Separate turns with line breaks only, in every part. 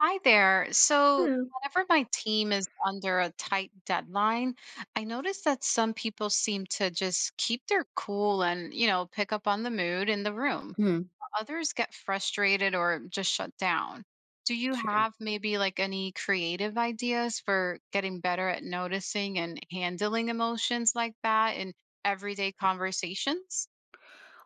Hi there. So,
Hmm.
whenever my team is under a tight deadline, I notice that some people seem to just keep their cool and pick up on the mood in the room.
Hmm.
Others get frustrated or just shut down. Do you
Sure.
have maybe like any creative ideas for getting better at noticing and handling emotions like that in everyday conversations?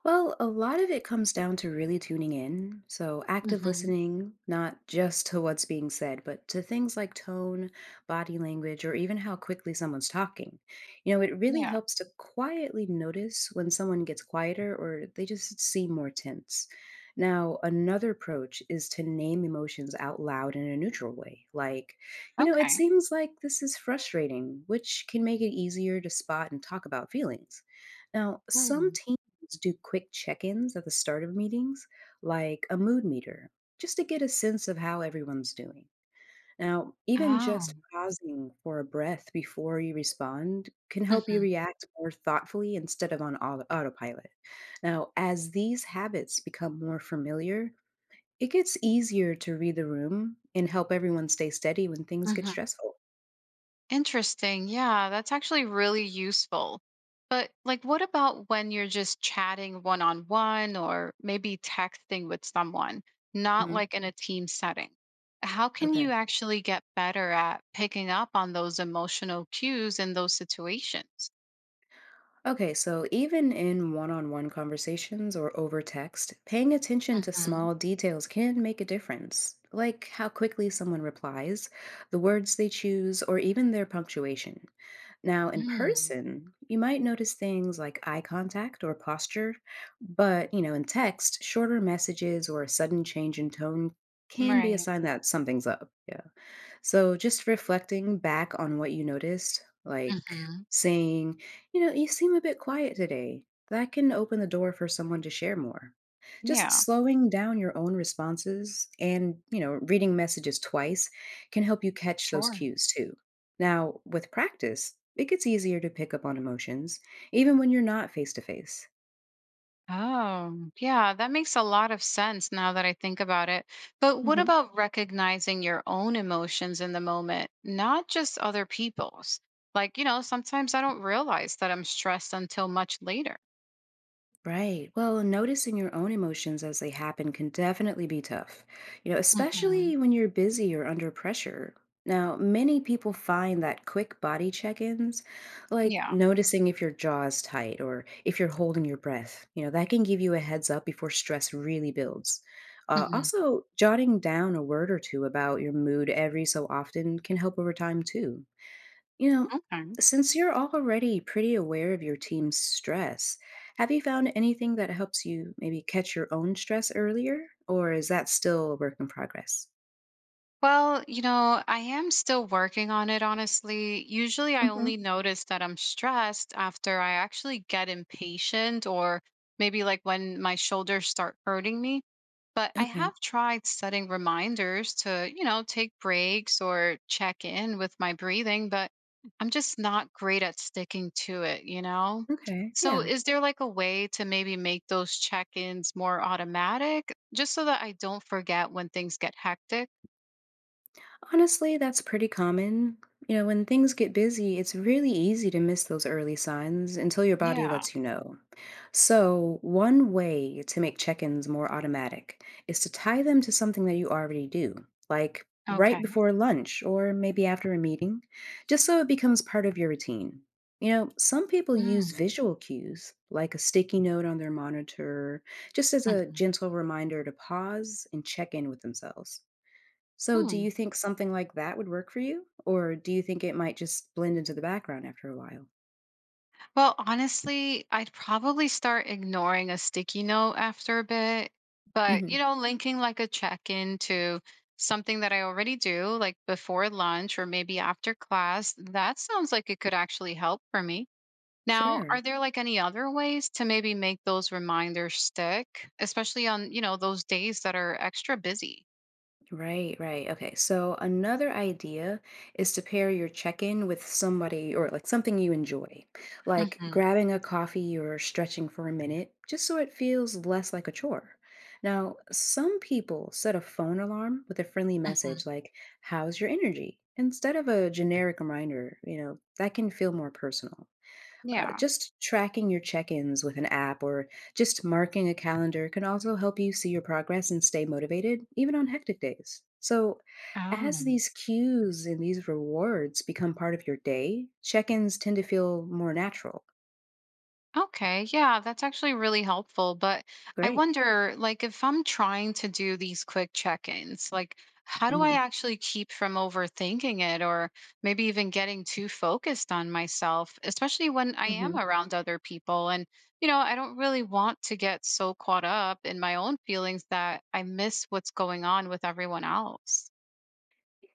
Well, a lot of it comes down to really tuning in. So, active
Hmm.
listening, not just to what's being said, but to things like tone, body language, or even how quickly someone's talking. You know, it really
Yeah.
helps to quietly notice when someone gets quieter or they just seem more tense. Now, another approach is to name emotions out loud in a neutral way, like, you know, it
Okay.
seems like this is frustrating, which can make it easier to spot and talk about feelings. Now, some
Mm.
let do quick check ins at the start of meetings, like a mood meter, just to get a sense of how everyone's doing. Now, even
Oh.
just pausing for a breath before you respond can help you
Hmm.
react more thoughtfully instead of on autopilot. Now, as these habits become more familiar, it gets easier to read the room and help everyone stay steady when things get
Hmm.
stressful.
Interesting. Yeah, that's actually really useful. But like what about when you're just chatting one on one or maybe texting with someone, not
Mhm.
like in a team setting? How can you
Okay.
actually get better at picking up on those emotional cues in those situations?
Okay, so even in one on one conversations or over text, paying attention to
Mm-hmm.
small details can make a difference, like how quickly someone replies, the words they choose, or even their punctuation. Now, in
Mm.
person, you might notice things like eye contact or posture, but you know, in text, shorter messages or a sudden change in tone can be a
Right.
sign that something's up. Yeah. So, just reflecting back on what you noticed, like
Hmm.
saying, you know, you seem a bit quiet today, that can open the door for someone to share more. Just
Yeah.
slowing down your own responses and, you know, reading messages twice can help you catch those
Sure.
cues too. Now, with practice, it gets easier to pick up on emotions, even when you're not face to face.
Oh, yeah, that makes a lot of sense now that I think about it. But what
Mm-hmm.
about recognizing your own emotions in the moment, not just other people's? Like, sometimes I don't realize that I'm stressed until much later.
Right. Well, noticing your own emotions as they happen can definitely be tough, you know,
Hmm.
especially when you're busy or under pressure. Now, many people find that quick body check ins, like
Yeah.
noticing if your jaw is tight or if you're holding your breath, you know, that can give you a heads up before stress really builds.
Hmm.
Also, jotting down a word or two about your mood every so often can help over time, too. You know,
Okay.
since you're already pretty aware of your team's stress, have you found anything that helps you maybe catch your own stress earlier? Or is that still a work in progress?
Well, I am still working on it, honestly. Usually, I
Hmm.
only notice that I'm stressed after I actually get impatient or maybe like when my shoulders start hurting me. But I have
Okay.
tried setting reminders to, take breaks or check in with my breathing, but I'm just not great at sticking to it, you know?
Okay.
So,
Yeah.
is there like a way to maybe make those check ins more automatic just so that I don't forget when things get hectic?
Honestly, that's pretty common. You know, when things get busy, it's really easy to miss those early signs until your body
Yeah.
lets you know. So, one way to make check ins more automatic is to tie them to something that you already do, like right
Okay.
before lunch or maybe after a meeting, just so it becomes part of your routine. You know, some people use
Mm.
visual cues, like a sticky note on their monitor, just as a
Mhm.
gentle reminder to pause and check in with themselves. So, do
Hmm.
you think something like that would work for you? Or do you think it might just blend into the background after a while?
Well, honestly, I'd probably start ignoring a sticky note after a bit, but
Hmm.
linking like a check in to something that I already do, like before lunch or maybe after class, that sounds like it could actually help for me. Now, are
Sure.
there like any other ways to maybe make those reminders stick, especially on, those days that are extra busy?
Right, right. Okay. So, another idea is to pair your check in with somebody or like something you enjoy, like
Hmm.
grabbing a coffee or stretching for a minute, just so it feels less like a chore. Now, some people set a phone alarm with a friendly
Hmm.
message like, "How's your energy?" instead of a generic reminder, you know, that can feel more personal.
Yeah.
Just tracking your check ins with an app or just marking a calendar can also help you see your progress and stay motivated, even on hectic days. So, as
Oh.
these cues and these rewards become part of your day, check ins tend to feel more natural.
Okay, yeah, that's actually really helpful. But I
Great.
wonder, like, if I'm trying to do these quick check-ins, like, how do I
Hmm.
actually keep from overthinking it or maybe even getting too focused on myself, especially when I am
Hmm.
around other people? And, I don't really want to get so caught up in my own feelings that I miss what's going on with everyone else.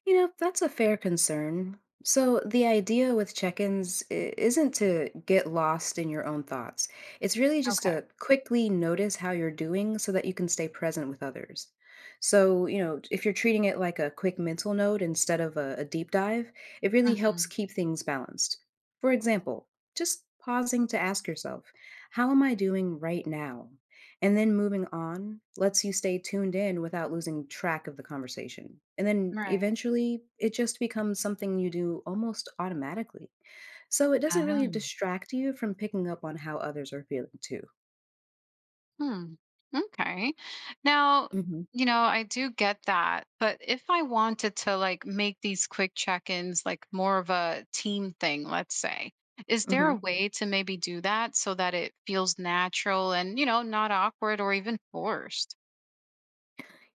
You know, that's a fair concern. So, the idea with check ins isn't to get lost in your own thoughts. It's really just
Okay.
to quickly notice how you're doing so that you can stay present with others. So, you know, if you're treating it like a quick mental note instead of a deep dive, it really helps
Hmm.
keep things balanced. For example, just pausing to ask yourself, how am I doing right now? And then moving on lets you stay tuned in without losing track of the conversation. And then
Right.
eventually, it just becomes something you do almost automatically. So it doesn't really distract you from picking up on how others are feeling too.
Hmm. Okay. Now,
Hmm.
I do get that, but if I wanted to like make these quick check-ins like more of a team thing, let's say, is there a
Hmm.
way to maybe do that so that it feels natural and, not awkward or even forced?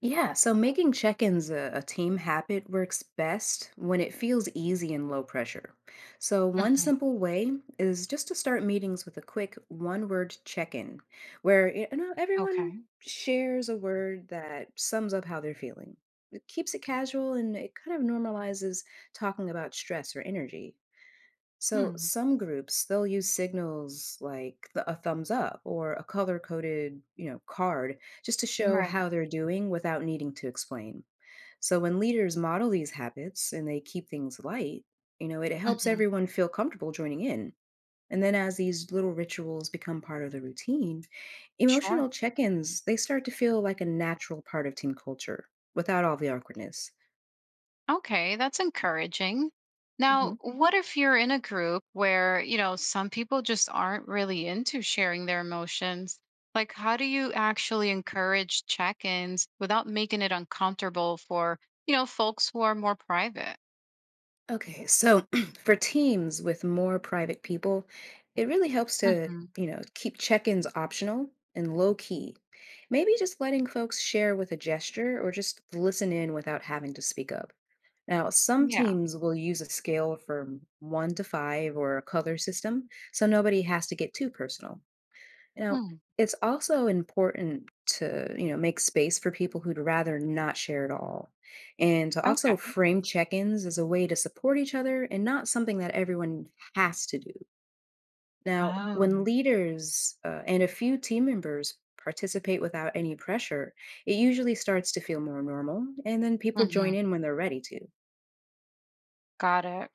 Yeah, so making check ins a team habit works best when it feels easy and low pressure. So, one
Hmm.
simple way is just to start meetings with a quick one word check in, where you know, everyone
Okay.
shares a word that sums up how they're feeling. It keeps it casual and it kind of normalizes talking about stress or energy. So
Hmm.
some groups they'll use signals like a thumbs up or a color-coded, you know, card just to show
Right.
how they're doing without needing to explain. So when leaders model these habits and they keep things light, you know, it helps
Hmm.
everyone feel comfortable joining in. And then as these little rituals become part of the routine,
Sure.
emotional check-ins they start to feel like a natural part of team culture without all the awkwardness.
Okay, that's encouraging. Now, what if you're in a group where, some people just aren't really into sharing their emotions? Like, how do you actually encourage check ins without making it uncomfortable for, folks who are more private?
Okay, so for teams with more private people, it really helps to,
Hmm.
you know, keep check ins optional and low key. Maybe just letting folks share with a gesture or just listen in without having to speak up. Now, some
Yeah.
teams will use a scale from one to five or a color system, so nobody has to get too personal. Now,
Hmm.
it's also important to, you know, make space for people who'd rather not share at all. And to also
Okay.
frame check-ins as a way to support each other and not something that everyone has to do. Now,
Oh.
when leaders and a few team members participate without any pressure, it usually starts to feel more normal, and then people join
Hmm.
in when they're ready to.
Got it.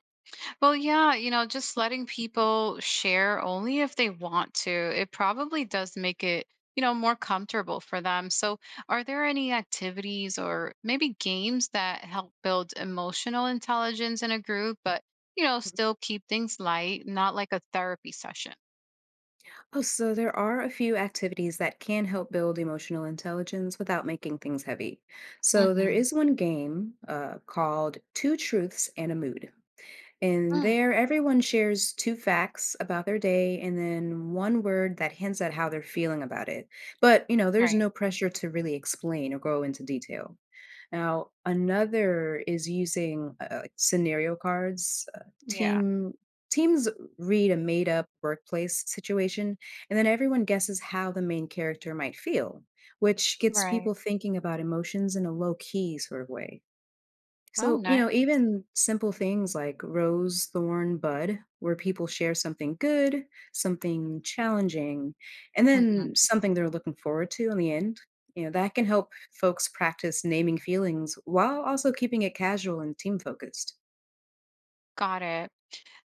Well, yeah, just letting people share only if they want to, it probably does make it, more comfortable for them. So, are there any activities or maybe games that help build emotional intelligence in a group, but,
Mhm.
still keep things light, not like a therapy session?
Oh, so there are a few activities that can help build emotional intelligence without making things heavy. So there
Mm-hmm.
is one game called Two Truths and a Mood. And
Mm,
there, everyone shares two facts about their day and then one word that hints at how they're feeling about it. But, you know, there's
right.
no pressure to really explain or go into detail. Now, another is using like scenario cards.
Yeah.
Team Teams read a made-up workplace situation, and then everyone guesses how the main character might feel, which gets
Right.
people thinking about emotions in a low-key sort of way.
Oh,
So, you know,
nice.
even simple things like rose, thorn, bud, where people share something good, something challenging, and then
Hmm.
something they're looking forward to in the end, you know, that can help folks practice naming feelings while also keeping it casual and team focused.
Got it.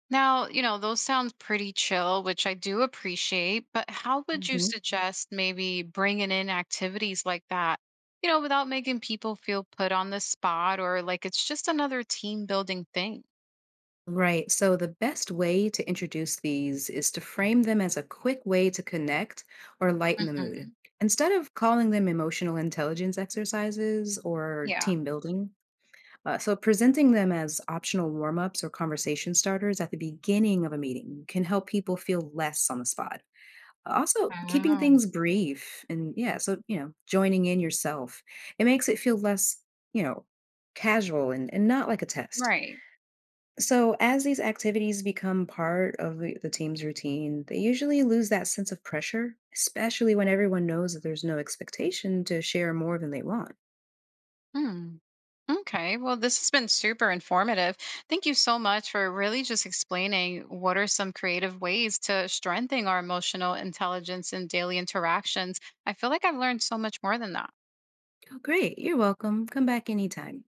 Now, those sound pretty chill, which I do appreciate, but how would you
Mhm.
suggest maybe bringing in activities like that, without making people feel put on the spot or like it's just another team building thing?
Right. So, the best way to introduce these is to frame them as a quick way to connect or lighten the
Hmm.
mood. Instead of calling them emotional intelligence exercises or
Yeah.
team building, presenting them as optional warm ups or conversation starters at the beginning of a meeting can help people feel less on the spot. Also, keeping
Oh,
things brief and yeah, so, you know, joining in yourself, it makes it feel less, you know, casual and, not like a test.
right.
So, as these activities become part of the team's routine, they usually lose that sense of pressure, especially when everyone knows that there's no expectation to share more than they want.
Hmm. Okay. Well, this has been super informative. Thank you so much for really just explaining what are some creative ways to strengthen our emotional intelligence and daily interactions. I feel like I've learned so much more than that.
Oh, great. You're welcome. Come back anytime.